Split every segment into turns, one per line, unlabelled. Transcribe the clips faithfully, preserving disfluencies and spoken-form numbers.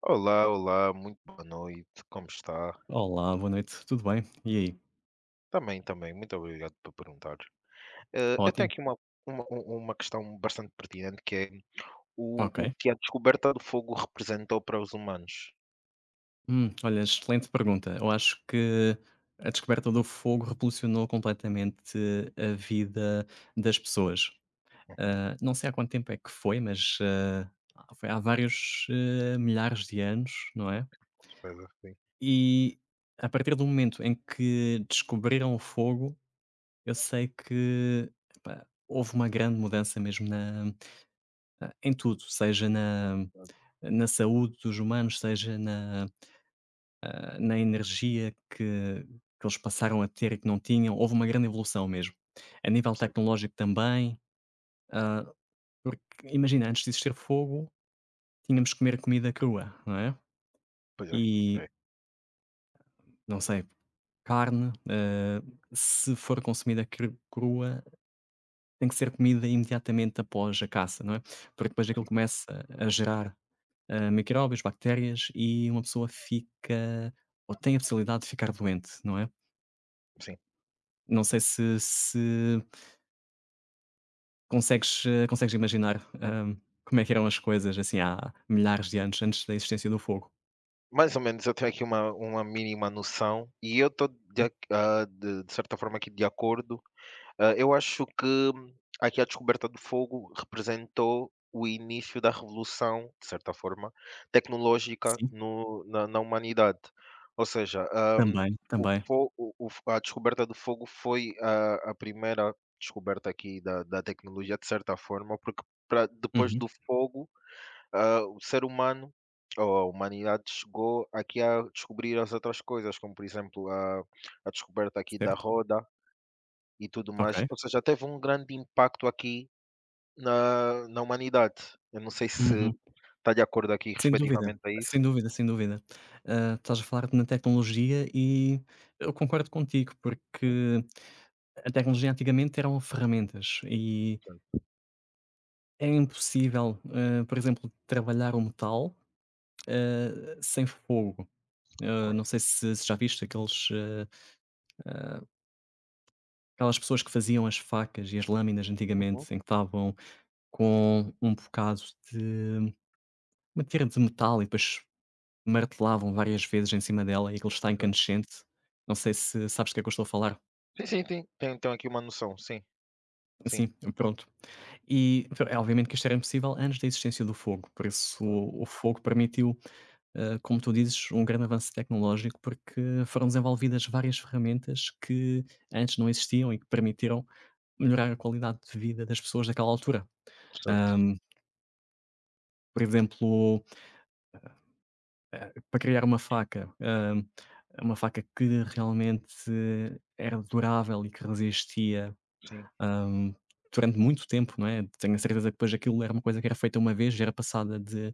Olá, olá, muito boa noite, como está?
Olá, boa noite, tudo bem? E aí?
Também, também, muito obrigado por perguntar. Eh, eu tenho
Ótimo,
aqui uma, uma, um- uma questão bastante pertinente que é o,
ok.
o que a descoberta do fogo representou para os humanos.
Hum, olha, excelente pergunta. Eu acho que a descoberta do fogo revolucionou completamente a vida das pessoas.
Uhum,
Ah, não sei há quanto tempo é que foi, mas ah, foi há vários eh, milhares de anos, não é?
certo, sim,
E a partir do momento em que descobriram o fogo, eu sei que, epá, houve uma grande mudança mesmo na, ah, em tudo, seja na,
ah,
na saúde dos humanos, seja na, ah, na energia que, que eles passaram a ter e que não tinham. Houve uma grande evolução mesmo. A nível
certo,
tecnológico também, ah, porque imagina, antes de existir fogo, tínhamos que comer comida crua, não é?
pois é,
E
é,
não sei, carne, ah, se for consumida cru- crua, tem que ser comida imediatamente após a caça, não é? Porque depois aquilo
sim,
começa a gerar ah, micróbios, bactérias e uma pessoa fica ou tem a possibilidade de ficar doente, não é?
sim,
Não
sim.
sei se se consegues, eh, consegues imaginar, hã, como é que eram as coisas, assim, há milhares de anos antes da existência do fogo.
Mais ou menos, eu tenho aqui uma, uma mínima noção e eu estou, de,
Hum,
ac- ah, de de certa forma, aqui de acordo. Ah, eu acho que aqui a descoberta do fogo representou o início da revolução, de certa forma, tecnológica
sim,
no na na humanidade. Ou seja, ah,
também,
o
também.
fo o o f a descoberta do fogo foi a a primeira descoberta aqui da da tecnologia, de certa forma, porque pra depois
Uhum,
do fogo, ah, o ser humano ou a humanidade chegou aqui a descobrir as outras coisas, como por exemplo, a a descoberta aqui da
certo,
roda e tudo mais,
ok.
ou seja, teve um grande impacto aqui na na humanidade. Eu não sei se
Uhum.
está de acordo aqui
Sem dúvida,
respectivamente a isso.
sem dúvida, sem dúvida. Ah, estás a falar de na tecnologia e eu concordo contigo,
Hum,
porque a tecnologia antigamente eram ferramentas e
certo,
é impossível, hã, por exemplo, trabalhar o metal, hã, sem fogo. Hã,
claro.
não sei se se já viste aqueles, hã, aquelas pessoas que faziam as facas e as lâminas
Uhum.
antigamente, em que estavam com um bocado de uma tira de metal e depois martelavam várias vezes em cima dela e aquilo está
Certo.
incandescente. Não sei se sabes do que é que eu estou a falar.
Sim, sim, tem tem tenho aqui uma noção, sim, sim.
Sim, pronto. E, pr é obviamente que isto era impossível antes da existência do fogo, por isso
Claro,
o o fogo permitiu, eh, como tu dizes, um grande avanço tecnológico, porque foram desenvolvidas várias ferramentas que antes não existiam e que permitiram melhorar a qualidade de vida das pessoas daquela altura.
certo.
Ahm, por exemplo, eh, para criar uma faca, ahm, uma faca que realmente eh, era durável e que resistia
Sim.
ahm, durante muito tempo, não é? Tenho a certeza que depois aquilo era uma coisa que era feita uma vez, já era passada de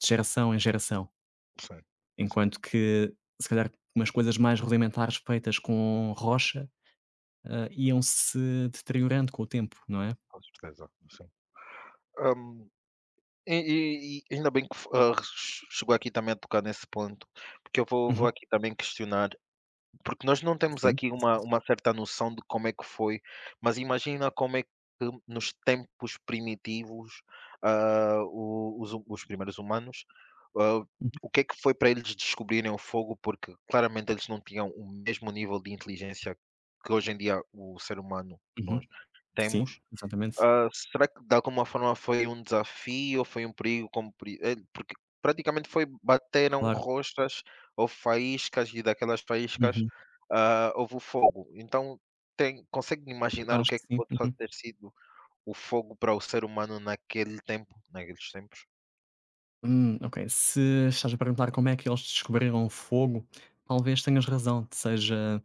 de geração em geração.
Sim, sim,
Enquanto que, se calhar, umas coisas mais rudimentares feitas com rocha, hã, iam-se deteriorando com o tempo, não é?
com certeza, sim. Hum, e e e ainda bem que ah, chegou aqui também a tocar nesse ponto, porque eu vou vou
Uhum.
aqui também questionar. Porque nós não temos
Sim.
aqui uma uma certa noção de como é que foi, mas imagina como é que nos tempos primitivos, ah, o os hu- os primeiros humanos, ah,
Uhum,
o que é que foi para eles descobrirem o fogo, porque claramente eles não tinham o mesmo nível de inteligência que hoje em dia o ser humano nós
uhum.
temos.
Sim, exatamente.
Ah, será que de alguma forma foi um desafio ou foi um perigo? Como peri- eh, Porque praticamente foi bateram
Claro.
rostas ou faíscas e daquelas faíscas
Uhum.
ah, houve o fogo. Então tem, consegue imaginar o
Acho
que é
que
que
sim.
pode só
Uhum.
ter sido o fogo para o ser humano naquele tempo, naqueles tempos?
Hum, ok. Se estás a perguntar como é que eles descobriram o fogo, talvez tenhas razão, seja,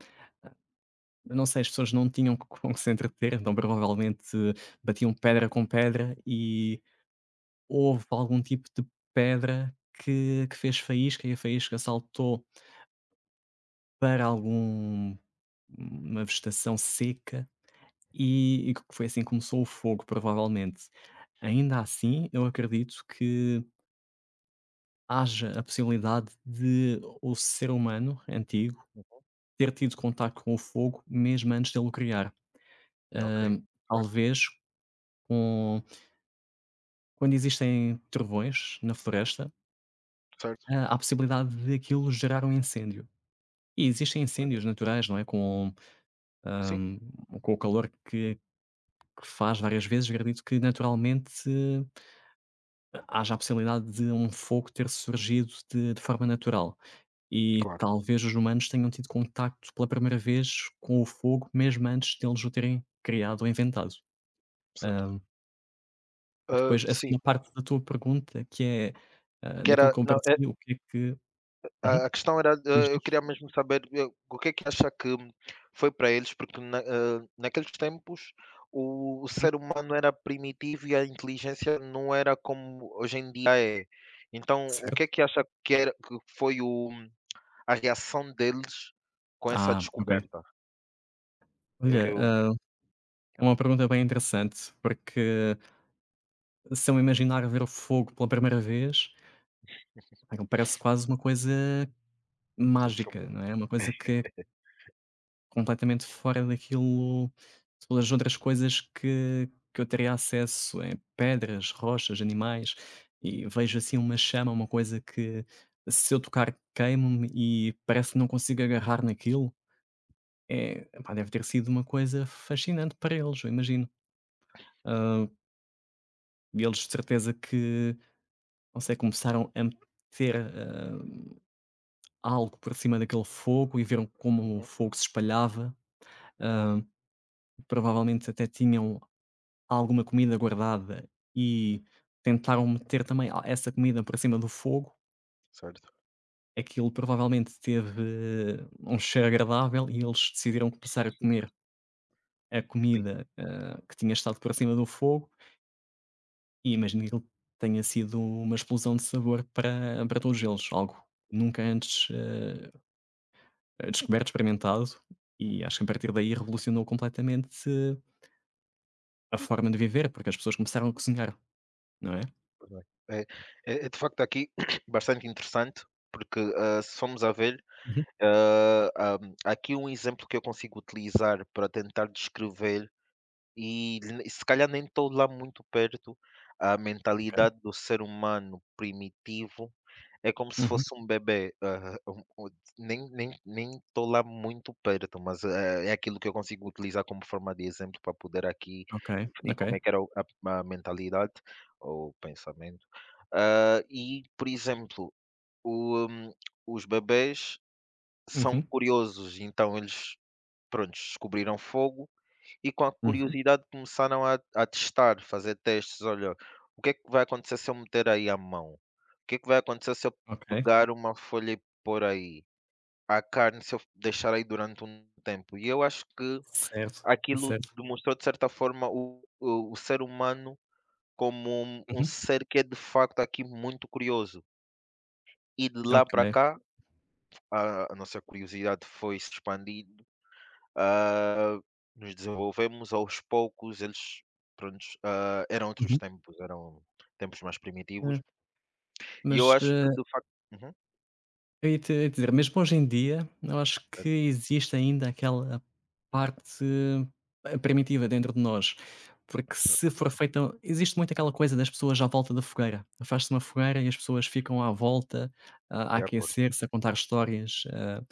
eu não sei, as pessoas não tinham co com que se entreter, então provavelmente batiam pedra com pedra e houve algum tipo de pedra que que fez faísca e a faísca saltou para algum uma vegetação seca e e que foi assim que começou o fogo, provavelmente. Ainda assim, eu acredito que haja a possibilidade de o ser humano antigo
Uhum,
ter tido contacto com o fogo mesmo antes dele o criar.
ok,
Hã,
certo,
Talvez com quando existem trovões na floresta,
certo.
hã, há a possibilidade de aquilo gerar um incêndio. E existem
Pois é.
incêndios naturais, não é, com,
Sim,
hã, com o calor que que faz várias vezes, acredito que naturalmente eh, haja a possibilidade de um fogo ter surgido de de forma natural. E
claro,
talvez os humanos tenham tido contacto pela primeira vez com o fogo mesmo antes deles o terem criado ou inventado.
certo.
Hã,
Ah,
Depois a
sim,
segunda parte da tua pergunta que é, hã,
que
daquilo
era,
que eu
não,
me o que é que, uhum,
A a questão era,
diz,
eh, eu
diz.
queria mesmo saber, eh, o que é que acha que foi para eles, porque na eh, naqueles tempos o o
Uhum,
ser humano era primitivo e a inteligência não era como hoje em dia é. Então, o que é
certo.
que acha que era que foi o a reação deles com essa
Ah, ok.
descoberta? É
Olha,
eu.
hã, é uma pergunta bem interessante, porque se eu me imaginar ver o fogo pela primeira vez, aquilo parece quase uma coisa
De outro
mágica,
mundo.
não é? Uma coisa que é completamente fora daquilo pelas outras coisas que que eu teria acesso, eh, pedras, rochas, animais, e vejo assim uma chama, uma coisa que se eu tocar queimo-me e parece que não consigo agarrar naquilo. É, epá, deve ter sido uma coisa fascinante para eles, eu imagino. Ah, e eles de certeza que, não sei, começaram a meter, ah, algo por cima daquele fogo e viram como o
Uhum.
fogo se espalhava. Ah, Provavelmente até tinham alguma comida guardada e tentaram meter também a essa comida por cima do fogo.
Certo.
Aquilo provavelmente teve um cheiro agradável e eles decidiram começar a comer a
Sim.
comida, hã, que tinha estado por cima do fogo e imagino que aquilo tenha sido uma explosão de sabor para para todos eles, algo nunca antes hã, descoberto, experimentado e
Uhum.
acho que a partir daí revolucionou completamente eh, a forma de viver, porque as pessoas começaram a cozinhar, não é?
Pois é. É, é, é de facto aqui bastante interessante, porque ah, se formos a ver,
Uhum.
ah, ah, há aqui um exemplo que eu consigo utilizar para tentar descrever. E l se calhar nem estou lá muito perto, a
Ok.
mentalidade do ser humano primitivo é como se
Uhum.
fosse um bebê, ah, um um nem nem nem estou lá muito perto, mas é é aquilo que eu consigo utilizar como forma de exemplo para poder aqui
Ok,
definir como
ok.
é que era o a a mentalidade ou o pensamento. Ah, e, por exemplo, o hum, os bebés são
Uhum,
curiosos, então eles, pronto, descobriram fogo e com a
uhum.
curiosidade começaram a a testar, fazer testes: "Olha, o que é que vai acontecer se eu meter aí a mão? O que é que vai acontecer se eu
Ok.
pegar uma folha e pôr aí? A carne, se eu deixar aí durante um tempo?". E eu acho que
Certo,
aquilo
certo.
demonstrou, de certa forma, o o o ser humano como um um
Uhum.
ser que é, de facto, aqui muito curioso. E de lá para
Ok.
cá, a a nossa curiosidade foi se expandindo. Ah, nos desenvolvemos aos poucos, eles, prontos, ah, eram outros
Uhum.
tempos, eram tempos mais primitivos,
Hum.
e eu
Mas,
acho que
eh,
de facto uhum,
eu ia-te ia te dizer, mesmo hoje em dia, eu acho que
certo,
existe ainda aquela parte eh, primitiva dentro de nós, porque se
certo,
for feita existe muito aquela coisa das pessoas à volta da fogueira. Faz-se uma fogueira e as pessoas ficam à volta, a a
de acordo.
aquecer-se, a contar histórias, a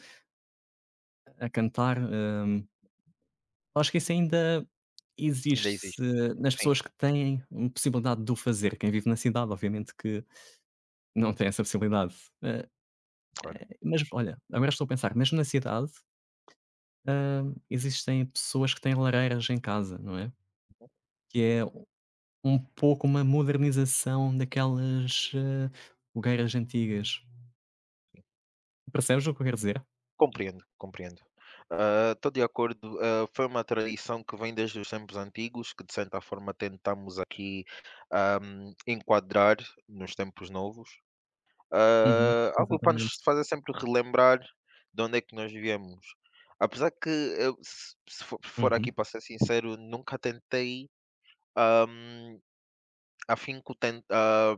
a cantar, eh acho que isso ainda
Ainda
existe
existe,
se nas
sim,
pessoas que têm possibilidade de o fazer. Quem vive na cidade, obviamente que não tem essa possibilidade. Eh,
claro.
mas olha, agora estou a pensar, mesmo na cidade, hã, existem pessoas que têm lareiras em casa, não é? Que é um pouco uma modernização daquelas eh, fogueiras antigas. Percebes o que eu quero dizer?
Compreendo, compreendo. Ah, estou de acordo, ah, foi uma tradição que vem desde os tempos antigos, que de certa forma tentamos aqui, ah, enquadrar nos tempos novos.
Uhum,
Ah, algo para
exatamente.
nos fazer sempre relembrar de onde é que nós viemos. Apesar que eu, se se for for aqui
Uhum,
para ser sincero, nunca tentei, hum, afinco ten ah,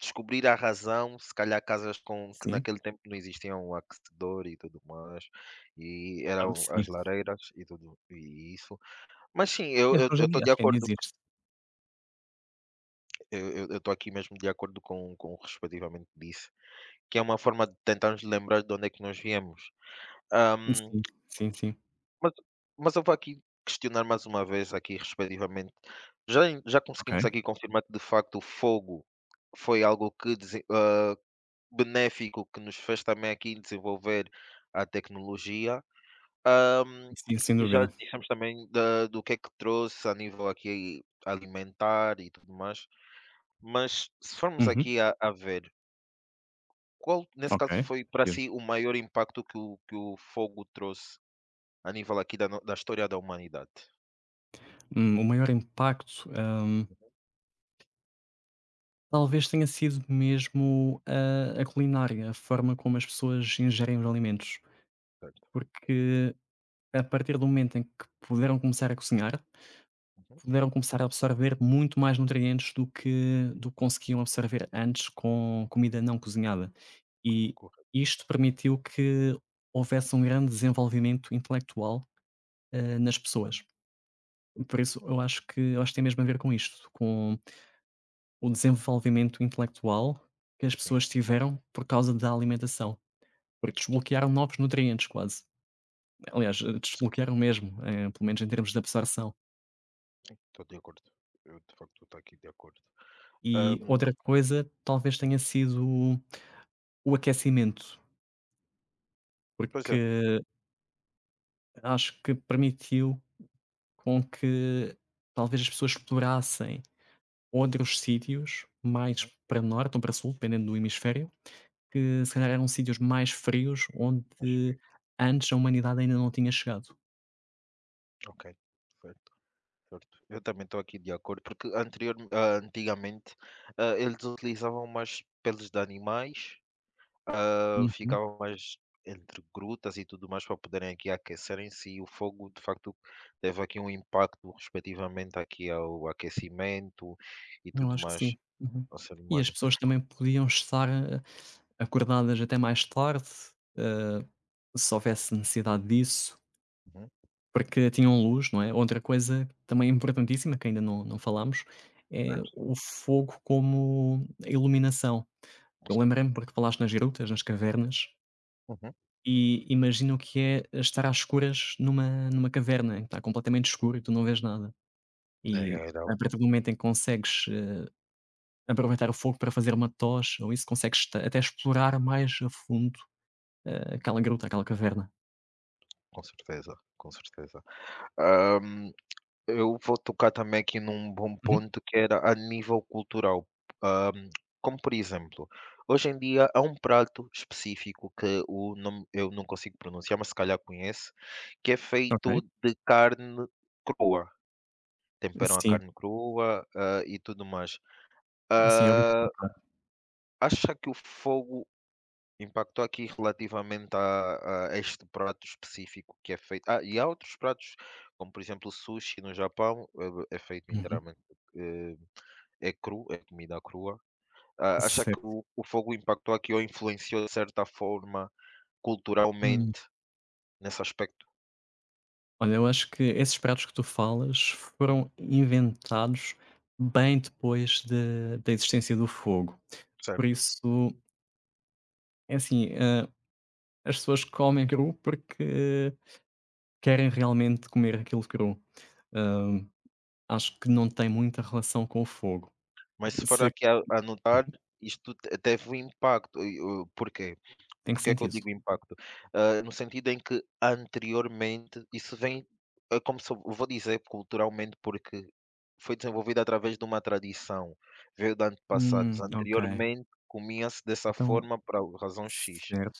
descobrir a razão, se calhar casas com que
sim,
naquele tempo não existiam o aquecedor e tudo mais, e
ah,
eram
sim.
as lareiras e tudo e isso. Mas sim,
Mas
eu
hoje em
estou
dia
de
acho que ainda
acordo que
existe.
eu estou aqui mesmo de acordo com com o que respectivamente disse, que é uma forma de tentarmos lembrar de onde é que nós viemos. Ahm,
Sim, sim, sim.
mas mas eu vou aqui questionar mais uma vez aqui respectivamente. Já em já conseguimos
Ok.
aqui confirmar que de facto o fogo foi algo que dese hã, benéfico que nos fez também aqui desenvolver a tecnologia. Ahm,
Sim, sem
já
dúvida.
dissemos também da do que é que trouxe a nível aqui alimentar e tudo mais, mas se formos
Uhum,
aqui a a ver, qual nesse
ok.
caso foi para
Mesmo.
si o maior impacto que o que o fogo trouxe a nível aqui da no da história da humanidade?
Hum, o maior impacto, hã, talvez tenha sido mesmo a a culinária, a forma como as pessoas ingerem os alimentos, porque a partir do momento em que puderam começar a cozinhar,
Uhum.
puderam começar a absorver muito mais nutrientes do que do que conseguiam absorver antes com comida não cozinhada. E
Correto,
isto permitiu que houvesse um grande desenvolvimento intelectual, hã, nas
ah,
pessoas. Por isso eu acho que eu acho que tem mesmo a ver com isto, com o desenvolvimento intelectual que as
sim,
pessoas tiveram por causa da alimentação, porque desbloquearam novos nutrientes quase. Aliás, eh,
sim,
desbloquearam mesmo, eh, pelo menos em termos de absorção.
estou de acordo. Eu, de facto, estou aqui de acordo.
E
Ahm,
outra coisa talvez tenha sido o aquecimento,
pois é,
porque acho que permitiu com que talvez as pessoas explorassem outros sítios mais
uhum,
para norte ou para sul, dependendo do hemisfério, que se calhar eram sítios mais frios
acho
onde
que
antes a humanidade ainda não tinha chegado.
ok, certo, certo. Eu também estou aqui de acordo, porque anterior, ah, antigamente, ah, eles utilizavam mais peles de animais, ah,
Uhum.
ficavam mais entre grutas e tudo mais para poderem aqui aquecerem-se e o fogo, de facto, teve aqui um impacto respectivamente aqui ao aquecimento e
Eu
tudo
acho que
mais
sim. Uhum.
ao ser
E as
humano.
pessoas também podiam estar, eh, acordadas até mais tarde, eh, se houvesse necessidade disso.
Uhum,
Porque tinham luz, não é? Outra coisa também importantíssima que ainda não não falámos, é
certo.
o fogo como iluminação. Eu lembrei-me porque falaste nas grutas, nas cavernas,
Uhum.
e imagino o que é estar às escuras numa numa caverna, em que está completamente escuro e tu não vês nada.
É,
E
era.
a partir do momento em que consegues, eh, aproveitar o fogo para fazer uma tocha ou isso, consegues ta até explorar mais a fundo, eh, aquela gruta, aquela caverna.
Com certeza, com certeza. Hã, eu vou tocar também aqui num bom
Uhum,
ponto que era a nível cultural. Hã, como por exemplo, hoje em dia há um prato específico que o nome eu não consigo pronunciar, mas se calhar conhece, que é
ok.
feito de carne crua. Temperam a
Sim,
carne crua, hã, e tudo mais.
sim, é o bicho.
Hã, acha que o fogo impactou aqui relativamente a a este prato específico que é feito ah, e há outros pratos, como por exemplo o sushi no Japão, é é feito
Uhum,
inteiramente, eh, é cru, é comida crua. Ah, acha que
certo.
o o fogo impactou aqui ou influenciou de certa forma
Hum.
culturalmente nesse aspecto?
Olha, eu acho que esses pratos que tu falas
Uhum,
foram inventados bem depois de da existência do fogo. Por
certo.
isso, é assim, hã, as pessoas comem cru porque querem realmente comer aquilo cru. Hã, Acho que não tem muita relação com o fogo.
Mas se for
Se
aqui a a notar, isto te teve um impacto e o porquê?
Em que
Porque é que eu
sentido?
digo impacto? Ah, no sentido em que anteriormente isso vem é como se eu vou dizer culturalmente, porque foi desenvolvido através de uma tradição, veio de antepassados.
Hum, ok.
Anteriormente comia-se dessa
Então
forma para razão X.
certo,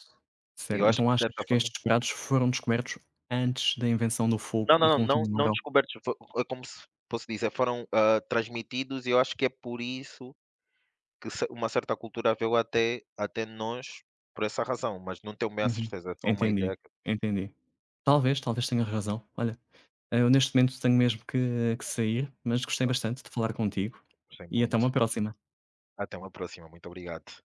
E eu
certo.
acho que
Então
de
achas
certa
que
forma
estes pratos foram descobertos antes da invenção do fogo
não,
e
não, não, não não
continuaram.
descobertos, fo é como se posso dizer, foram, ah, transmitidos e eu acho que é por isso que ce uma certa cultura veio até até nós por essa razão, mas não tenho bem a
Uhum.
certeza, é só uma
Entendi,
ideia que eu
entendi. Talvez, talvez tenha razão. Olha, eu neste momento tenho mesmo que que sair, mas gostei bastante de falar contigo
pensei
e até uma
muito.
próxima.
Até uma próxima, muito obrigado.